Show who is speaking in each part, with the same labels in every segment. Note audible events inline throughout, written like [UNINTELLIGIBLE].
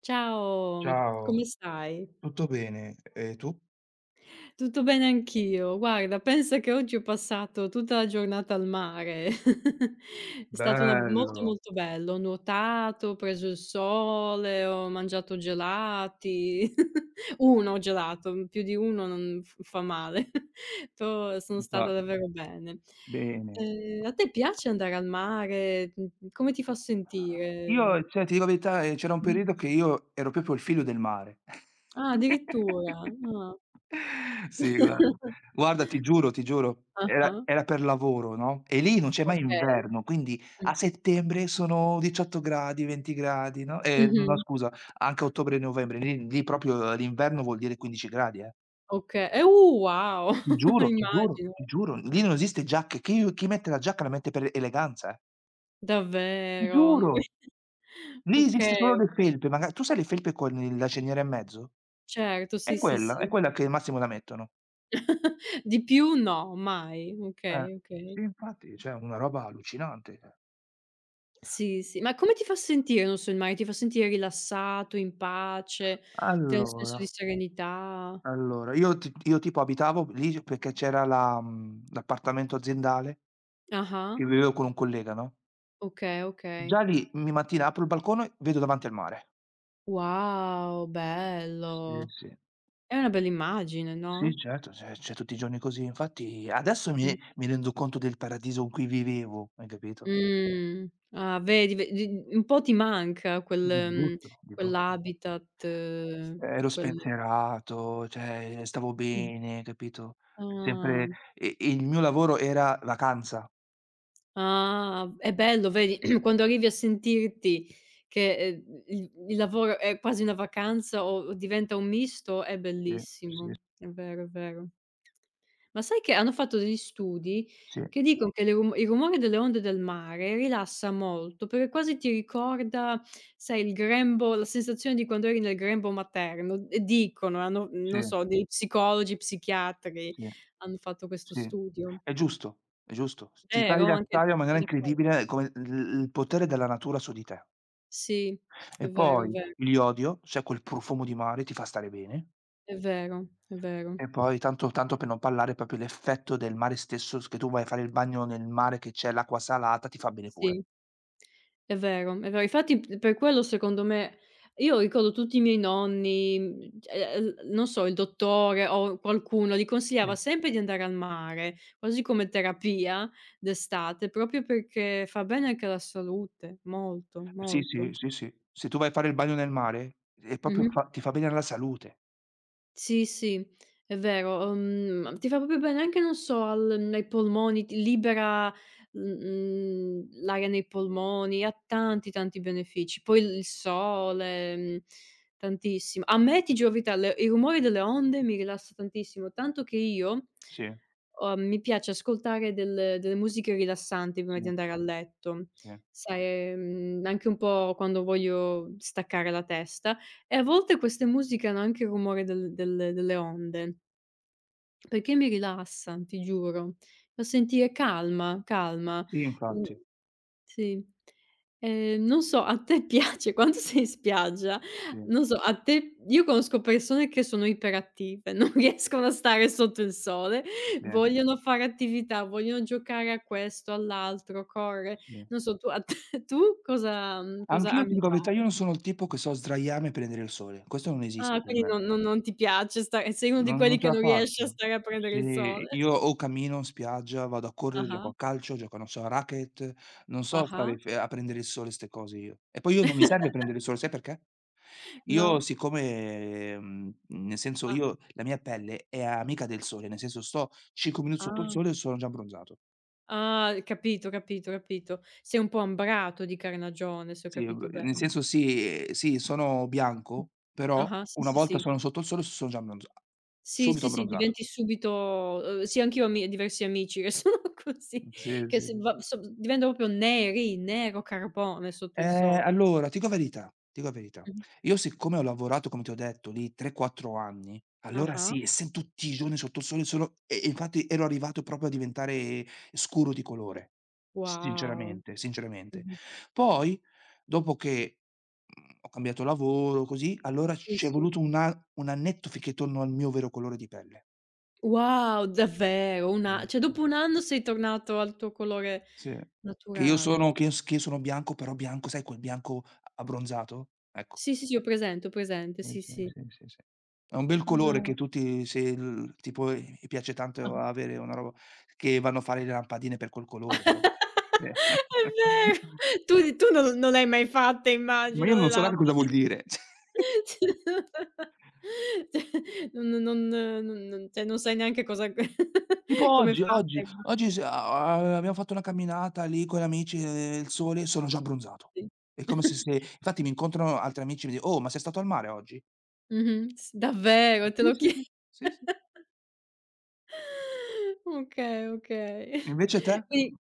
Speaker 1: Ciao,
Speaker 2: Ciao,
Speaker 1: come stai?
Speaker 2: tutto bene. E tu?
Speaker 1: Tutto bene anch'io. Guarda, pensa che oggi ho passato tutta la giornata al mare. [LAUGHS] È stato una molto,
Speaker 2: Bello,
Speaker 1: molto bello. Ho nuotato, ho preso il sole, ho mangiato gelati. [LAUGHS] 1 gelato, più di 1 non f fa male. [LAUGHS] To sono
Speaker 2: mi fa
Speaker 1: stata davvero bene.
Speaker 2: bene.
Speaker 1: A te piace andare al mare? Come ti fa sentire?
Speaker 2: Io, cioè, ti dico la verità, c'era un
Speaker 1: Mh.
Speaker 2: periodo che io ero proprio il figlio del mare.
Speaker 1: Ah, addirittura. Ah.
Speaker 2: [LAUGHS] Sì, guarda.
Speaker 1: [LAUGHS]
Speaker 2: Guarda, ti giuro, era
Speaker 1: Ah-ah,
Speaker 2: era per lavoro, no, e lì non c'è mai
Speaker 1: okay.
Speaker 2: inverno, quindi
Speaker 1: Mh.
Speaker 2: a settembre sono 18 gradi, 20 gradi, no, no
Speaker 1: Mh-mh.
Speaker 2: scusa, anche a ottobre e novembre, lì proprio l'inverno vuol dire 15 gradi, eh.
Speaker 1: Oka Wow!
Speaker 2: Ti
Speaker 1: [LAUGHS]
Speaker 2: giuro, ti giuro,
Speaker 1: Immagino.
Speaker 2: ti giuro, lì non esiste giacche. Chi u chi mette la giacca la mette per eleganza, eh. Ti
Speaker 1: Davvero, no.
Speaker 2: giuro!
Speaker 1: [LAUGHS] [UNINTELLIGIBLE]
Speaker 2: Lì esiste
Speaker 1: Okay,
Speaker 2: solo le
Speaker 1: okay.
Speaker 2: felpe, maga tu sai le felpe con il la cerniera in mezzo?
Speaker 1: Certo, sì, sì,
Speaker 2: È
Speaker 1: sì.
Speaker 2: quella che al massimo la mettono.
Speaker 1: [LAUGHS] Di più no, mai.
Speaker 2: Eh.
Speaker 1: Okay, okay.
Speaker 2: Sì, infatti, cioè una roba allucinante, cioè.
Speaker 1: Sì, sì. Ma come ti fa sentire, non so, il mare? Ti fa sentire rilassato, in pace? Ti dà un
Speaker 2: Allora,
Speaker 1: senso di serenità?
Speaker 2: allora, io ti io tipo abitavo lì perché c'era la l'appartamento aziendale
Speaker 1: Ah-ah.
Speaker 2: e vivevo con un collega, no,
Speaker 1: Okay, okay.
Speaker 2: già lì ogni mattina apro il balcone, vedo davanti al mare.
Speaker 1: Wow,
Speaker 2: Sì,
Speaker 1: bello.
Speaker 2: sì.
Speaker 1: È una bella immagine,
Speaker 2: Sì,
Speaker 1: no?
Speaker 2: certo, c'è tutti i giorni così. Infatti adesso mi
Speaker 1: Mh.
Speaker 2: mi rendo conto del paradiso in cui vivevo, hai capito?
Speaker 1: Mh. Ah, vedi ve di un po' ti manca
Speaker 2: Di brutto, di brutto.
Speaker 1: quell'habitat,
Speaker 2: Ero
Speaker 1: quel
Speaker 2: spensierato, cioè stavo
Speaker 1: mh.
Speaker 2: bene, capito? Sempre
Speaker 1: Ah.
Speaker 2: e il mio lavoro era vacanza.
Speaker 1: Ah, è bello vedi, [CLEARS THROAT] quando arrivi a sentirti che, il lavoro è quasi una vacanza o diventa un misto, è
Speaker 2: Sì, sì,
Speaker 1: bellissimo. È vero, è vero. Ma sai che hanno fatto degli studi
Speaker 2: sì,
Speaker 1: che dicono che le rum il rumore delle onde del mare rilassa molto, perché quasi ti ricorda, sai, il grembo la sensazione di quando eri nel grembo materno. E dicono, hanno
Speaker 2: sì,
Speaker 1: non so, dei psicologi, psichiatri
Speaker 2: sì,
Speaker 1: hanno fatto questo
Speaker 2: sì.
Speaker 1: studio.
Speaker 2: È giusto, è giusto. Ti fa
Speaker 1: Vero? Anche
Speaker 2: rilassare in maniera incredibile come l il potere della natura su di te.
Speaker 1: sì,
Speaker 2: E
Speaker 1: è vero, è
Speaker 2: poi
Speaker 1: vero,
Speaker 2: l'iodio, cioè quel profumo di mare, ti fa stare bene.
Speaker 1: è vero, è vero.
Speaker 2: E poi tanto tanto per non parlare proprio l'effetto del mare stesso, s che tu vai a fare il bagno nel mare che c'è l'acqua salata, ti fa bene pure.
Speaker 1: Sì. È vero, è vero. Infatti p per quello secondo me io ricordo tutti i miei nonni, non so, il dottore o qualcuno li
Speaker 2: Sì.
Speaker 1: consigliava sempre di andare al mare, quasi come terapia d'estate, proprio perché fa bene anche alla salute, molto,
Speaker 2: Sì, sì,
Speaker 1: molto.
Speaker 2: sì, sì. Se tu vai a fare il bagno nel mare, è proprio
Speaker 1: Mh-mh.
Speaker 2: fa ti fa bene alla salute.
Speaker 1: Sì, sì, è vero. Ti fa proprio bene anche, non so, al ai polmoni, ti libera, l'aria nei polmoni, ha tanti, tanti benefici. Poi il sole, tantissimo. A me, ti giuro la verità, le i rumori delle onde mi rilassa tantissimo, tanto che io
Speaker 2: Sì,
Speaker 1: Mi piace ascoltare delle musiche rilassanti prima di
Speaker 2: sì,
Speaker 1: andare a letto,
Speaker 2: sì.
Speaker 1: sai, anche un po' quando voglio staccare la testa e a volte queste musiche hanno anche il rumore delle onde, perché mi rilassan, ti giuro. Fa sentire calma, calma.
Speaker 2: Sì,
Speaker 1: Mhmm
Speaker 2: infatti.
Speaker 1: sì. Non so, a te [LAUGHS] piace quando sei in spiaggia,
Speaker 2: Sì,
Speaker 1: non so, a te io conosco persone che sono iperattive, [LAUGHS] non riescono a stare sotto il sole,
Speaker 2: sì,
Speaker 1: vogliono fare attività, vogliono giocare a questo, all'altro, corre.
Speaker 2: sì.
Speaker 1: Non so, tu a te [LAUGHS] tu cosa cosa
Speaker 2: Anch'io ti
Speaker 1: ami
Speaker 2: dico la verità, io
Speaker 1: fare?
Speaker 2: non sono il tipo che so sdraiarmi e prendere il sole. Questo non esiste
Speaker 1: Ah,
Speaker 2: per
Speaker 1: quindi
Speaker 2: me.
Speaker 1: non ti piace stare, sei uno di
Speaker 2: Non non
Speaker 1: quelli
Speaker 2: ce
Speaker 1: che
Speaker 2: la
Speaker 1: non riesce a
Speaker 2: faccio.
Speaker 1: stare a prendere il
Speaker 2: Sì,
Speaker 1: sole.
Speaker 2: io o cammino in spiaggia, vado a correre, gioco
Speaker 1: Ah-ah,
Speaker 2: a calcio, gioco, non so, a racquet, non so stare
Speaker 1: ah-ah.
Speaker 2: f a prendere il sole, 'ste cose io. E poi io non mi serve
Speaker 1: [LAUGHS]
Speaker 2: prendere il sole, sai perché? Io
Speaker 1: No?
Speaker 2: siccome, nel senso
Speaker 1: Ah,
Speaker 2: io la mia pelle è amica del sole, nel senso sto 5 minuti sotto il
Speaker 1: ah.
Speaker 2: sole e sono già abbronzato.
Speaker 1: Ah, capito, capito, capito. Sei un po' ambrato di carnagione, se ho
Speaker 2: Sì,
Speaker 1: capito
Speaker 2: nel
Speaker 1: bene.
Speaker 2: senso sì, sì, sono bianco, però
Speaker 1: Ah-ah, sì,
Speaker 2: una
Speaker 1: sì,
Speaker 2: volta
Speaker 1: sì.
Speaker 2: sono sotto il sole sono già abbronza
Speaker 1: Sì,
Speaker 2: subito
Speaker 1: sì, sì,
Speaker 2: abbronzato.
Speaker 1: diventi subito sì, anch'io ho ami diversi amici che [LAUGHS] sono così,
Speaker 2: Sì,
Speaker 1: che se
Speaker 2: sì.
Speaker 1: va so diventano proprio neri, nero carbone sotto il sole.
Speaker 2: Allora, ti dico la verità, ti dico la verità.
Speaker 1: Mh-mh.
Speaker 2: Io siccome ho lavorato, come ti ho detto, lì 3, 4 anni, allora
Speaker 1: Ah-ah.
Speaker 2: sì, essen tutti i giorni sotto il sole solo e infatti ero arrivato proprio a diventare scuro di colore,
Speaker 1: Wow.
Speaker 2: sinceramente, sinceramente.
Speaker 1: Mh-mh.
Speaker 2: Poi dopo che, ho cambiato lavoro, così, allora
Speaker 1: Sì,
Speaker 2: c'è
Speaker 1: sì.
Speaker 2: voluto un a un annetto finché torno al mio vero colore di pelle.
Speaker 1: Wow, davvero? Un
Speaker 2: Mh.
Speaker 1: a Cioè dopo 1 anno sei tornato al tuo colore
Speaker 2: Sì. Che io sono
Speaker 1: naturale.
Speaker 2: che io s che io sono bianco, però bianco sai quel bianco abbronzato? Ecco.
Speaker 1: Sì, sì, sì, ho presente,
Speaker 2: Sì,
Speaker 1: sì,
Speaker 2: sì,
Speaker 1: sì.
Speaker 2: sì, sì, sì. È un bel colore
Speaker 1: Ah.
Speaker 2: che tutti se il tipo i piace
Speaker 1: Ah.
Speaker 2: tanto avere una roba che vanno a fare le lampadine per quel colore. Cioè eh.
Speaker 1: È vero.
Speaker 2: [LAUGHS]
Speaker 1: Tu non non le hai mai fatte
Speaker 2: Ma io
Speaker 1: immagino le
Speaker 2: non so neanche cosa vuol
Speaker 1: lampade.
Speaker 2: dire. [LAUGHS]
Speaker 1: Cioè, non cioè, non sai neanche cosa [LAUGHS]
Speaker 2: Tipo
Speaker 1: come è
Speaker 2: oggi,
Speaker 1: fatta
Speaker 2: oggi, oggi s
Speaker 1: immagino.
Speaker 2: a a abbiamo fatto una camminata lì con gli amici, il sole, sono già abbronzato.
Speaker 1: Sì.
Speaker 2: È come se se infatti mi incontrano altri amici e mi di: "Oh, ma sei stato al mare oggi?"
Speaker 1: Mh-mh. S Davvero? Te
Speaker 2: "Sì,
Speaker 1: lo
Speaker 2: sì,
Speaker 1: chie
Speaker 2: sì, sì, sì."
Speaker 1: [LAUGHS] okay, okay.
Speaker 2: "Invece te?"
Speaker 1: Quindi,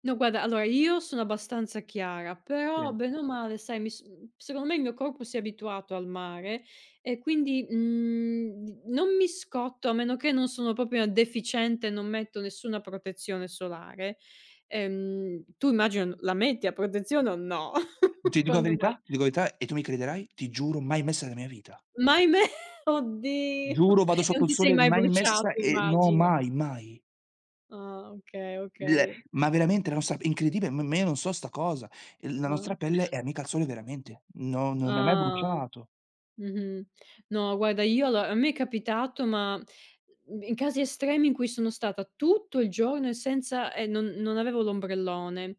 Speaker 1: no guarda, allora io sono abbastanza chiara, però
Speaker 2: "Sì."
Speaker 1: bene o male, sai, secondo me il mio corpo si è abituato al mare e quindi, mhmm, di non mi scotto, a meno che non sono proprio una deficiente, non metto nessuna protezione solare. Tu immagino la metti a protezione o no?
Speaker 2: Ti
Speaker 1: [LAUGHS]
Speaker 2: dico la
Speaker 1: Quando vai,
Speaker 2: verità ti dico la verità e tu mi crederai, ti giuro mai messa nella mia vita.
Speaker 1: ma ahimè, [LAUGHS] oddio!
Speaker 2: Giuro vado
Speaker 1: E
Speaker 2: sotto
Speaker 1: non
Speaker 2: il
Speaker 1: ti sei
Speaker 2: sole,
Speaker 1: mai
Speaker 2: mai
Speaker 1: bruciato
Speaker 2: messa e no,
Speaker 1: immagino.
Speaker 2: mai, mai.
Speaker 1: Ah, okay,
Speaker 2: Il
Speaker 1: okay.
Speaker 2: ma veramente la nostra è incredibile, ma io non so 'sta cosa. Il la
Speaker 1: Ah.
Speaker 2: nostra pelle è amica al sole veramente, no non mi è mai
Speaker 1: Ah.
Speaker 2: bruciato.
Speaker 1: Mh-mh. No, guarda io allo a me è capitato, ma, in casi estremi in cui sono stata tutto il giorno e senza, e non avevo l'ombrellone.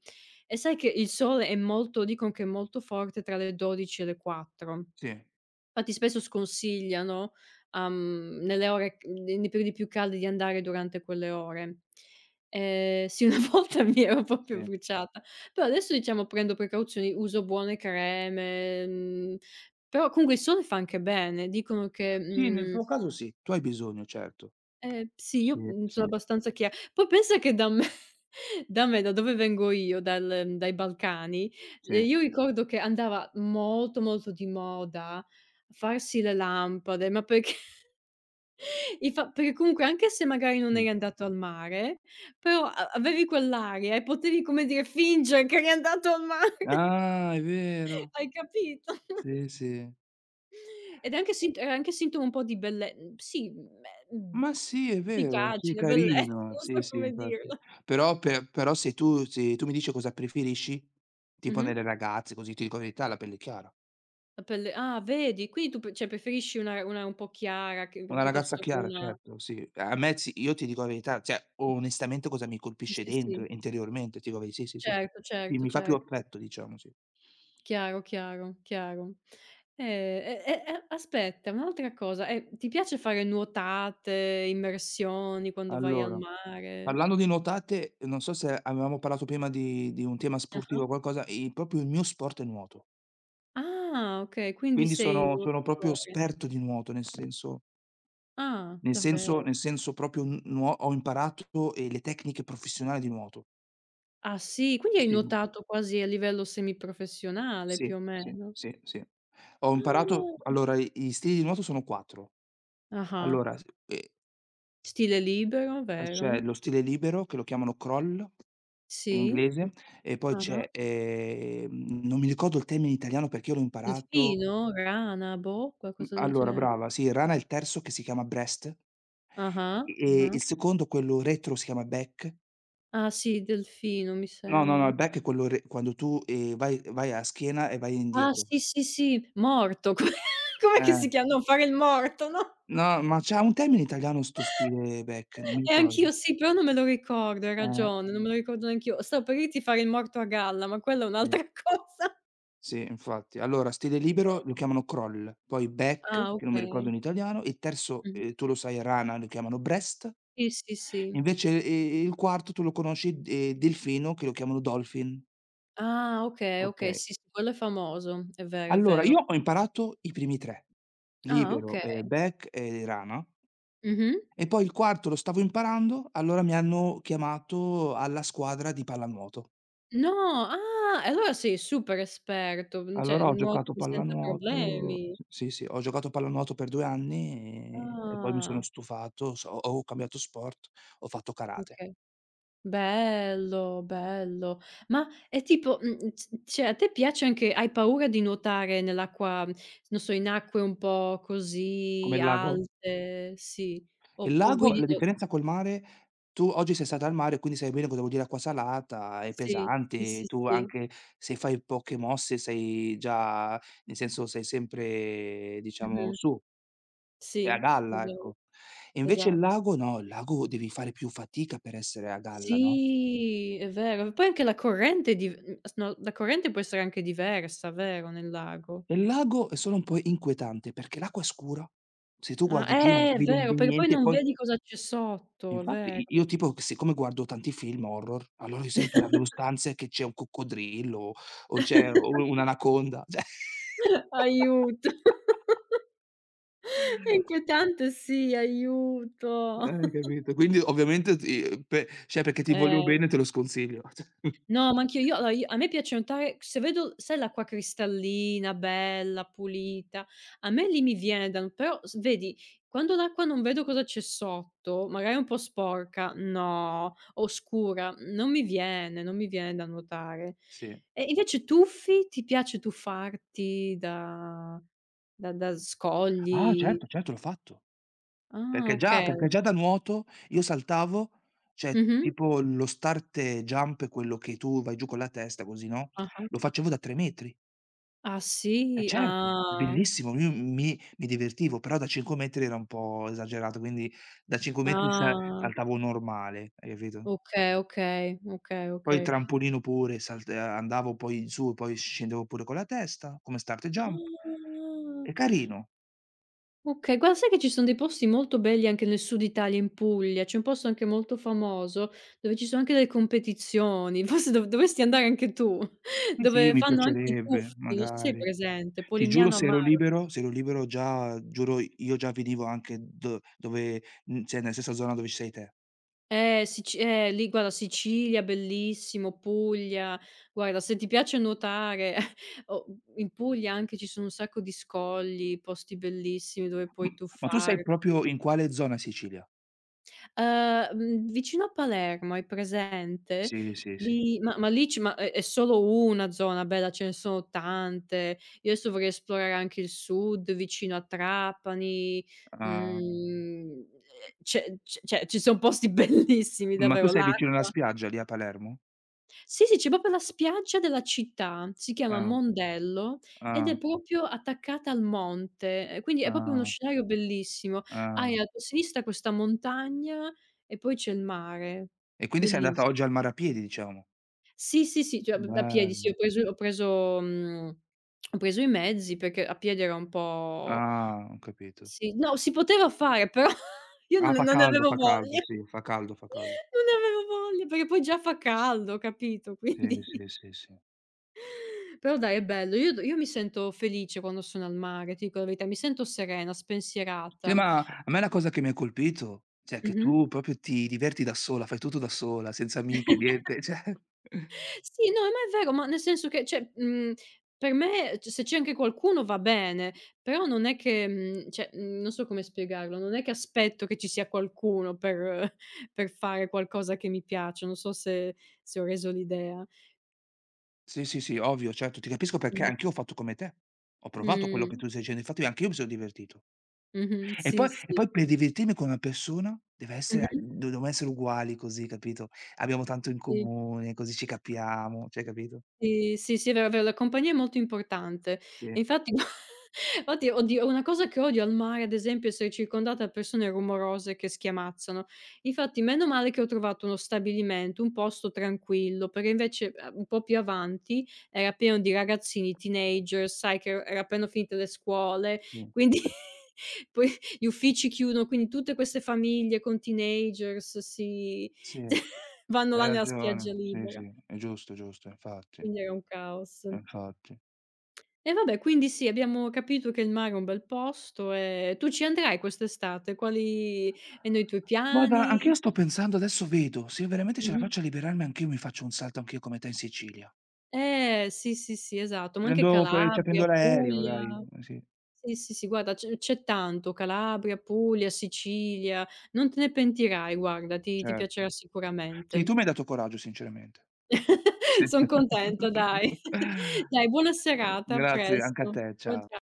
Speaker 1: E sai che il sole è molto dicono che è molto forte tra le 12 e le 4.
Speaker 2: Sì,
Speaker 1: Infatti spesso sconsigliano, nelle ore c ne nei periodi più caldi di andare durante quelle ore. Sì, una [LAUGHS] volta mi ero proprio
Speaker 2: sì.
Speaker 1: bruciata, però adesso diciamo prendo precauzioni, uso buone creme, però comunque il sole fa anche bene. Dicono che,
Speaker 2: Sì, nel
Speaker 1: mhmm
Speaker 2: tuo caso sì, tu hai bisogno, certo.
Speaker 1: sì, io,
Speaker 2: Sì,
Speaker 1: sono
Speaker 2: sì,
Speaker 1: abbastanza chia poi pensa che da me [LAUGHS] da me, da dove vengo io, dai Balcani,
Speaker 2: sì,
Speaker 1: io ricordo che andava molto, molto di moda farsi le lampade, ma perché [LAUGHS] infa perché comunque anche se magari non
Speaker 2: sì.
Speaker 1: eri andato al mare, però a avevi quell'aria e potevi, come dire, fingere che eri andato al mare. [LAUGHS]
Speaker 2: Ah, è vero.
Speaker 1: Hai capito?
Speaker 2: Sì, sì.
Speaker 1: Ed è anche sint è anche sintomo un po' di belle sì, beh,
Speaker 2: Ma sì, è vero, sì,
Speaker 1: efficacia, bellezza, [LAUGHS]
Speaker 2: carino.
Speaker 1: non
Speaker 2: Sì,
Speaker 1: so
Speaker 2: sì,
Speaker 1: come
Speaker 2: infatti.
Speaker 1: dirla.
Speaker 2: Però per però se tu se tu mi dici cosa preferisci, tipo
Speaker 1: Mh-mh.
Speaker 2: nelle ragazze così, ti dico la verità, la pelle chiara.
Speaker 1: La pelle, ah, vedi, quindi tu p cioè preferisci una un po' chiara che pi
Speaker 2: Una ragazza
Speaker 1: piuttosto che
Speaker 2: chiara,
Speaker 1: una
Speaker 2: certo, sì. A me sì, io ti dico la verità, cioè onestamente cosa mi
Speaker 1: sì,
Speaker 2: colpisce
Speaker 1: sì,
Speaker 2: dentro,
Speaker 1: sì.
Speaker 2: interiormente, ti dico la ve sì, sì, sì.
Speaker 1: Certo,
Speaker 2: Sì,
Speaker 1: certo,
Speaker 2: mi fa più
Speaker 1: certo.
Speaker 2: affetto diciamo, sì.
Speaker 1: Chiaro, chiaro, chiaro. E aspetta, un'altra cosa, ti piace fare nuotate, immersioni quando vai al
Speaker 2: Allora,
Speaker 1: mare?
Speaker 2: parlando di nuotate, non so se avevamo parlato prima di un tema sportivo
Speaker 1: Ah-ah.
Speaker 2: o qualcosa, i proprio il mio sport è nuoto.
Speaker 1: Ah, okay, quindi
Speaker 2: Quindi
Speaker 1: sei un
Speaker 2: sono sono proprio
Speaker 1: nuotatore.
Speaker 2: esperto di nuoto, nel senso
Speaker 1: Ah,
Speaker 2: nel senso
Speaker 1: davvero?
Speaker 2: nel senso proprio n nuo ho imparato, le tecniche professionali di nuoto.
Speaker 1: Ah sì, quindi hai
Speaker 2: Sì.
Speaker 1: nuotato quasi a livello semiprofessionale
Speaker 2: Sì,
Speaker 1: più o
Speaker 2: sì,
Speaker 1: meno.
Speaker 2: sì, sì. Ho imparato
Speaker 1: Ah.
Speaker 2: allora i stili di nuoto sono 4.
Speaker 1: Ah-ah.
Speaker 2: Allora s
Speaker 1: Stile libero,
Speaker 2: c'è
Speaker 1: vero?
Speaker 2: lo stile libero che lo chiamano crawl in
Speaker 1: Sì.
Speaker 2: inglese e poi
Speaker 1: Ah-ah.
Speaker 2: c'è, non mi ricordo il termine in italiano perché io l'ho imparato
Speaker 1: Delfino, rana, boh,
Speaker 2: mhmm,
Speaker 1: qualcosa del
Speaker 2: allora
Speaker 1: genere.
Speaker 2: brava, sì, rana è il terzo che si chiama breast
Speaker 1: Ah-ah,
Speaker 2: e
Speaker 1: ah-ah.
Speaker 2: il secondo, quello retro, si chiama back.
Speaker 1: Ah sì, delfino mi
Speaker 2: No, no, no,
Speaker 1: sembra.
Speaker 2: il back è quello re quando tu, vai a schiena e vai
Speaker 1: Ah
Speaker 2: indietro.
Speaker 1: sì, sì, sì, morto. [LAUGHS] Co com'è che
Speaker 2: Eh.
Speaker 1: si chiama? No, fare il morto, no?
Speaker 2: No, ma c'ha un termine italiano 'sto stile back, non mi ricordo.
Speaker 1: Anch'io sì, però non me lo ricordo, hai
Speaker 2: Eh,
Speaker 1: ragione, non me lo ricordo neanch'io. Stavo per dirti fare il morto a galla, ma quella è
Speaker 2: sì,
Speaker 1: un'altra [LAUGHS] cosa.
Speaker 2: sì, infatti. Allora, stile libero lo chiamano crawl, poi back,
Speaker 1: Ah,
Speaker 2: che non mi ricordo
Speaker 1: okay.
Speaker 2: in italiano, il terzo,
Speaker 1: Mh.
Speaker 2: tu lo sai rana, lo chiamano breast,
Speaker 1: Sì, sì, sì.
Speaker 2: invece, il quarto tu lo conosci, delfino, che lo chiamano dolphin.
Speaker 1: Ah, okay, okay,
Speaker 2: Okay.
Speaker 1: sì, sì, quello è famoso. È vero, è
Speaker 2: Allora,
Speaker 1: vero.
Speaker 2: io ho imparato i primi 3,
Speaker 1: Ah,
Speaker 2: libero,
Speaker 1: okay.
Speaker 2: back e rana,
Speaker 1: Mh-mh.
Speaker 2: e poi il quarto lo stavo imparando, allora mi hanno chiamato alla squadra di pallanuoto.
Speaker 1: No, ah, e allora sei super esperto, cioè
Speaker 2: Allora ho
Speaker 1: nuoti
Speaker 2: giocato
Speaker 1: senza
Speaker 2: pallanuoto
Speaker 1: problemi.
Speaker 2: sì, sì, ho giocato a pallanuoto per 2 anni e poi mi sono
Speaker 1: Ah,
Speaker 2: stufato, so ho ho cambiato sport, ho fatto karate.
Speaker 1: okay. Bello, bello. Ma è tipo, mhmm, c cioè a te piace anche, hai paura di nuotare nell'acqua, non so, in acque un po'
Speaker 2: Come
Speaker 1: così alte? Sì. O
Speaker 2: il
Speaker 1: o
Speaker 2: lago
Speaker 1: guidi
Speaker 2: la
Speaker 1: o
Speaker 2: differenza col mare tu oggi sei stato al mare, quindi sai bene cosa vuol dire acqua salata, è
Speaker 1: sì, sì,
Speaker 2: pesante,
Speaker 1: sì,
Speaker 2: tu
Speaker 1: sì.
Speaker 2: anche se fai poche mosse sei già nel senso sei sempre diciamo
Speaker 1: Mh-mh.
Speaker 2: su, e
Speaker 1: Sì,
Speaker 2: a
Speaker 1: è
Speaker 2: galla,
Speaker 1: vero,
Speaker 2: ecco. E invece il
Speaker 1: esatto.
Speaker 2: lago no, il lago devi fare più fatica per essere a galla, no?
Speaker 1: Sì, è vero. Poi anche la corrente è div mhmm, s no, la corrente può essere anche diversa, vero, nel lago.
Speaker 2: E il lago è solo un po' inquietante perché l'acqua è scura. Se tu
Speaker 1: Ah,
Speaker 2: guardi giù non
Speaker 1: è
Speaker 2: vedi un
Speaker 1: vero,
Speaker 2: bel
Speaker 1: perché poi
Speaker 2: niente e
Speaker 1: non
Speaker 2: poi
Speaker 1: vedi cosa c'è sotto, è
Speaker 2: infatti
Speaker 1: vero.
Speaker 2: i io tipo siccome guardo tanti film horror, allora io sempre avevo stanze che c'è un coccodrillo o c'è o
Speaker 1: [LAUGHS]
Speaker 2: un'anaconda, [LAUGHS] cioè
Speaker 1: Aiuto. È inquietante, sì, aiuto.
Speaker 2: hai capito?
Speaker 1: [LAUGHS]
Speaker 2: Quindi ovviamente ti pe cioè perché ti voglio
Speaker 1: Eh.
Speaker 2: bene te lo sconsiglio. [LAUGHS]
Speaker 1: No, ma anch'io. Io allora io A me piace nuotare se vedo sai l'acqua cristallina, bella, pulita, a me lì mi viene da nu però s vedi, quando l'acqua, non vedo cosa c'è sotto, magari è un po' sporca, no, oscura, non mi viene, non mi viene da nuotare.
Speaker 2: Sì.
Speaker 1: E invece tuffi? Ti piace tuffarti da da
Speaker 2: Ah
Speaker 1: scogli?
Speaker 2: certo, certo, l'ho fatto.
Speaker 1: Ah, okay.
Speaker 2: Perché già da nuoto io saltavo, cioè
Speaker 1: Mh-mh.
Speaker 2: tipo lo start jump, quello che tu vai giù con la testa così, no,
Speaker 1: Ah-ah.
Speaker 2: lo facevo da 3 metri.
Speaker 1: Ah,
Speaker 2: Eh
Speaker 1: sì?
Speaker 2: certo, è
Speaker 1: Ah.
Speaker 2: bellissimo, io mi divertivo, però da 5 metri era un po' esagerato, quindi da 5 metri sa
Speaker 1: Ah.
Speaker 2: saltavo normale, hai capito?
Speaker 1: Okay, okay, okay,
Speaker 2: Poi il
Speaker 1: okay.
Speaker 2: trampolino pure, salt andavo poi su, poi scendevo pure con la testa, come start jump.
Speaker 1: Ah!
Speaker 2: È carino.
Speaker 1: Okay, guarda sai che ci son dei posti molto belli anche nel sud Italia, in Puglia, c'è un posto anche molto famoso, dove ci sono anche delle competizioni, [LAUGHS] forse dovresti andare anche tu, [LAUGHS]
Speaker 2: Sì, sì,
Speaker 1: dove
Speaker 2: mi
Speaker 1: fanno anche i
Speaker 2: piacerebbe,
Speaker 1: tuffi, non so se hai
Speaker 2: magari.
Speaker 1: presente,
Speaker 2: Ti giuro
Speaker 1: Polignano a
Speaker 2: se ero
Speaker 1: Mare.
Speaker 2: libero se ero libero già giuro io già venivo anche do dove cioè nella stessa zona dove ci sei te.
Speaker 1: Sici lì guarda, Sicilia bellissimo, Puglia, guarda se ti piace nuotare, [LAUGHS] o in Puglia anche ci sono un sacco di scogli, posti bellissimi dove puoi
Speaker 2: Ma tu sei
Speaker 1: tuffarti.
Speaker 2: proprio in quale zona in Sicilia?
Speaker 1: Mhmm, vicino a Palermo, hai presente?
Speaker 2: Sì, sì, sì.
Speaker 1: Lì ma lì ci ma è solo una zona bella, ce ne sono tante. Io adesso vorrei esplorare anche il sud, vicino a Trapani,
Speaker 2: Ah,
Speaker 1: mhmm, ehm, c'è cioè ci son posti [LAUGHS] bellissimi
Speaker 2: ma tu
Speaker 1: davvero,
Speaker 2: sei vicino alla
Speaker 1: l'acqua
Speaker 2: spiaggia lì a Palermo?
Speaker 1: sì, sì, c'è proprio la spiaggia della città, si chiama
Speaker 2: Ah,
Speaker 1: Mondello ed è
Speaker 2: ah,
Speaker 1: proprio attaccata al monte, quindi è proprio uno
Speaker 2: ah,
Speaker 1: scenario bellissimo.
Speaker 2: ah.
Speaker 1: Hai a tua sinistra questa montagna e poi c'è il mare.
Speaker 2: E quindi sei andata
Speaker 1: Belliss
Speaker 2: oggi al mare a piedi diciamo.
Speaker 1: sì, sì, sì, cioè a piedi sì,
Speaker 2: Bello.
Speaker 1: ho preso i mezzi perché a piedi era un po'
Speaker 2: Ah, ho capito.
Speaker 1: sì, no, si poteva fare però [LAUGHS] io
Speaker 2: Ah,
Speaker 1: non non ne avevo
Speaker 2: fa caldo,
Speaker 1: voglia,
Speaker 2: sì, fa caldo, fa caldo.
Speaker 1: non ne avevo voglia perché poi già fa caldo, capito,
Speaker 2: Sì,
Speaker 1: quindi
Speaker 2: sì, sì, sì.
Speaker 1: però dai è bello. Io d io Mi sento felice quando sono al mare, ti dico la verità, mi sento serena,
Speaker 2: Sì,
Speaker 1: spensierata.
Speaker 2: ma a me la cosa che mi ha colpito, cioè che
Speaker 1: Mh-mh.
Speaker 2: tu proprio ti diverti da sola, fai tutto da sola, senza amiche, niente, [LAUGHS] cioè
Speaker 1: Sì, no, ma è vero, ma nel senso che cioè, per me c se c'è anche qualcuno va bene, però non è che, non so come spiegarlo, non è che aspetto che ci sia qualcuno per [LAUGHS] per fare qualcosa che mi piace, non so se se ho reso l'idea.
Speaker 2: sì, sì, sì, ovvio, certo, ti capisco perché
Speaker 1: Mh.
Speaker 2: anch'io ho fatto come te. Ho provato quello che
Speaker 1: Mh.
Speaker 2: tu stai dicendo, infatti anch'io mi sono divertito.
Speaker 1: Mh-mh.
Speaker 2: E
Speaker 1: Sì,
Speaker 2: poi e
Speaker 1: sì.
Speaker 2: poi per divertirmi con una persona deve essere
Speaker 1: Mh-mh.
Speaker 2: do dobbiamo essere uguali così, capito? Abbiamo tanto in
Speaker 1: Sì.
Speaker 2: comune, così ci capiamo, cioè capito?
Speaker 1: Sì, sì, sì, è vero, la compagnia è molto importante. E
Speaker 2: Sì,
Speaker 1: infatti [LAUGHS] infatti oddio, una cosa che odio al mare, ad esempio, è essere circondata da persone rumorose che schiamazzano. Infatti meno male che ho trovato uno stabilimento, un posto tranquillo, perché invece, un po' più avanti era pieno di ragazzini teenager, sai che era appena finite le scuole,
Speaker 2: sì,
Speaker 1: quindi [LAUGHS] poi gli uffici chiudono, quindi tutte queste famiglie con teenagers si
Speaker 2: sì, hai
Speaker 1: [LAUGHS] vanno là nella spiaggia
Speaker 2: ragione, sì,
Speaker 1: libera,
Speaker 2: sì, è giusto, giusto, infatti,
Speaker 1: quindi era un caos.
Speaker 2: infatti.
Speaker 1: E vabbè, quindi sì, abbiamo capito che il mare è un bel posto, tu ci andrai quest'estate? Quali erano i tuoi
Speaker 2: Guarda, anch'io
Speaker 1: piani?
Speaker 2: sto pensando, adesso vedo, se veramente ce la
Speaker 1: Mh-mh.
Speaker 2: faccio a liberarmi anch'io mi faccio un salto anch'io come te in Sicilia.
Speaker 1: Sì, sì, sì, esatto, ma anche
Speaker 2: Prendo pe cioè prendo
Speaker 1: Calabria,
Speaker 2: l'aereo dai,
Speaker 1: Puglia.
Speaker 2: sì,
Speaker 1: Sì, sì, sì, guarda c'è tanto, Calabria, Puglia, Sicilia, non te ne pentirai guarda, ti piacerà
Speaker 2: certo. Sì,
Speaker 1: sicuramente.
Speaker 2: tu mi hai dato coraggio sinceramente. Sì.
Speaker 1: [LAUGHS] Son contenta dai.
Speaker 2: [LAUGHS]
Speaker 1: [LAUGHS] Dai, buona serata, a
Speaker 2: Grazie anche a
Speaker 1: presto.
Speaker 2: te, ciao.
Speaker 1: Cia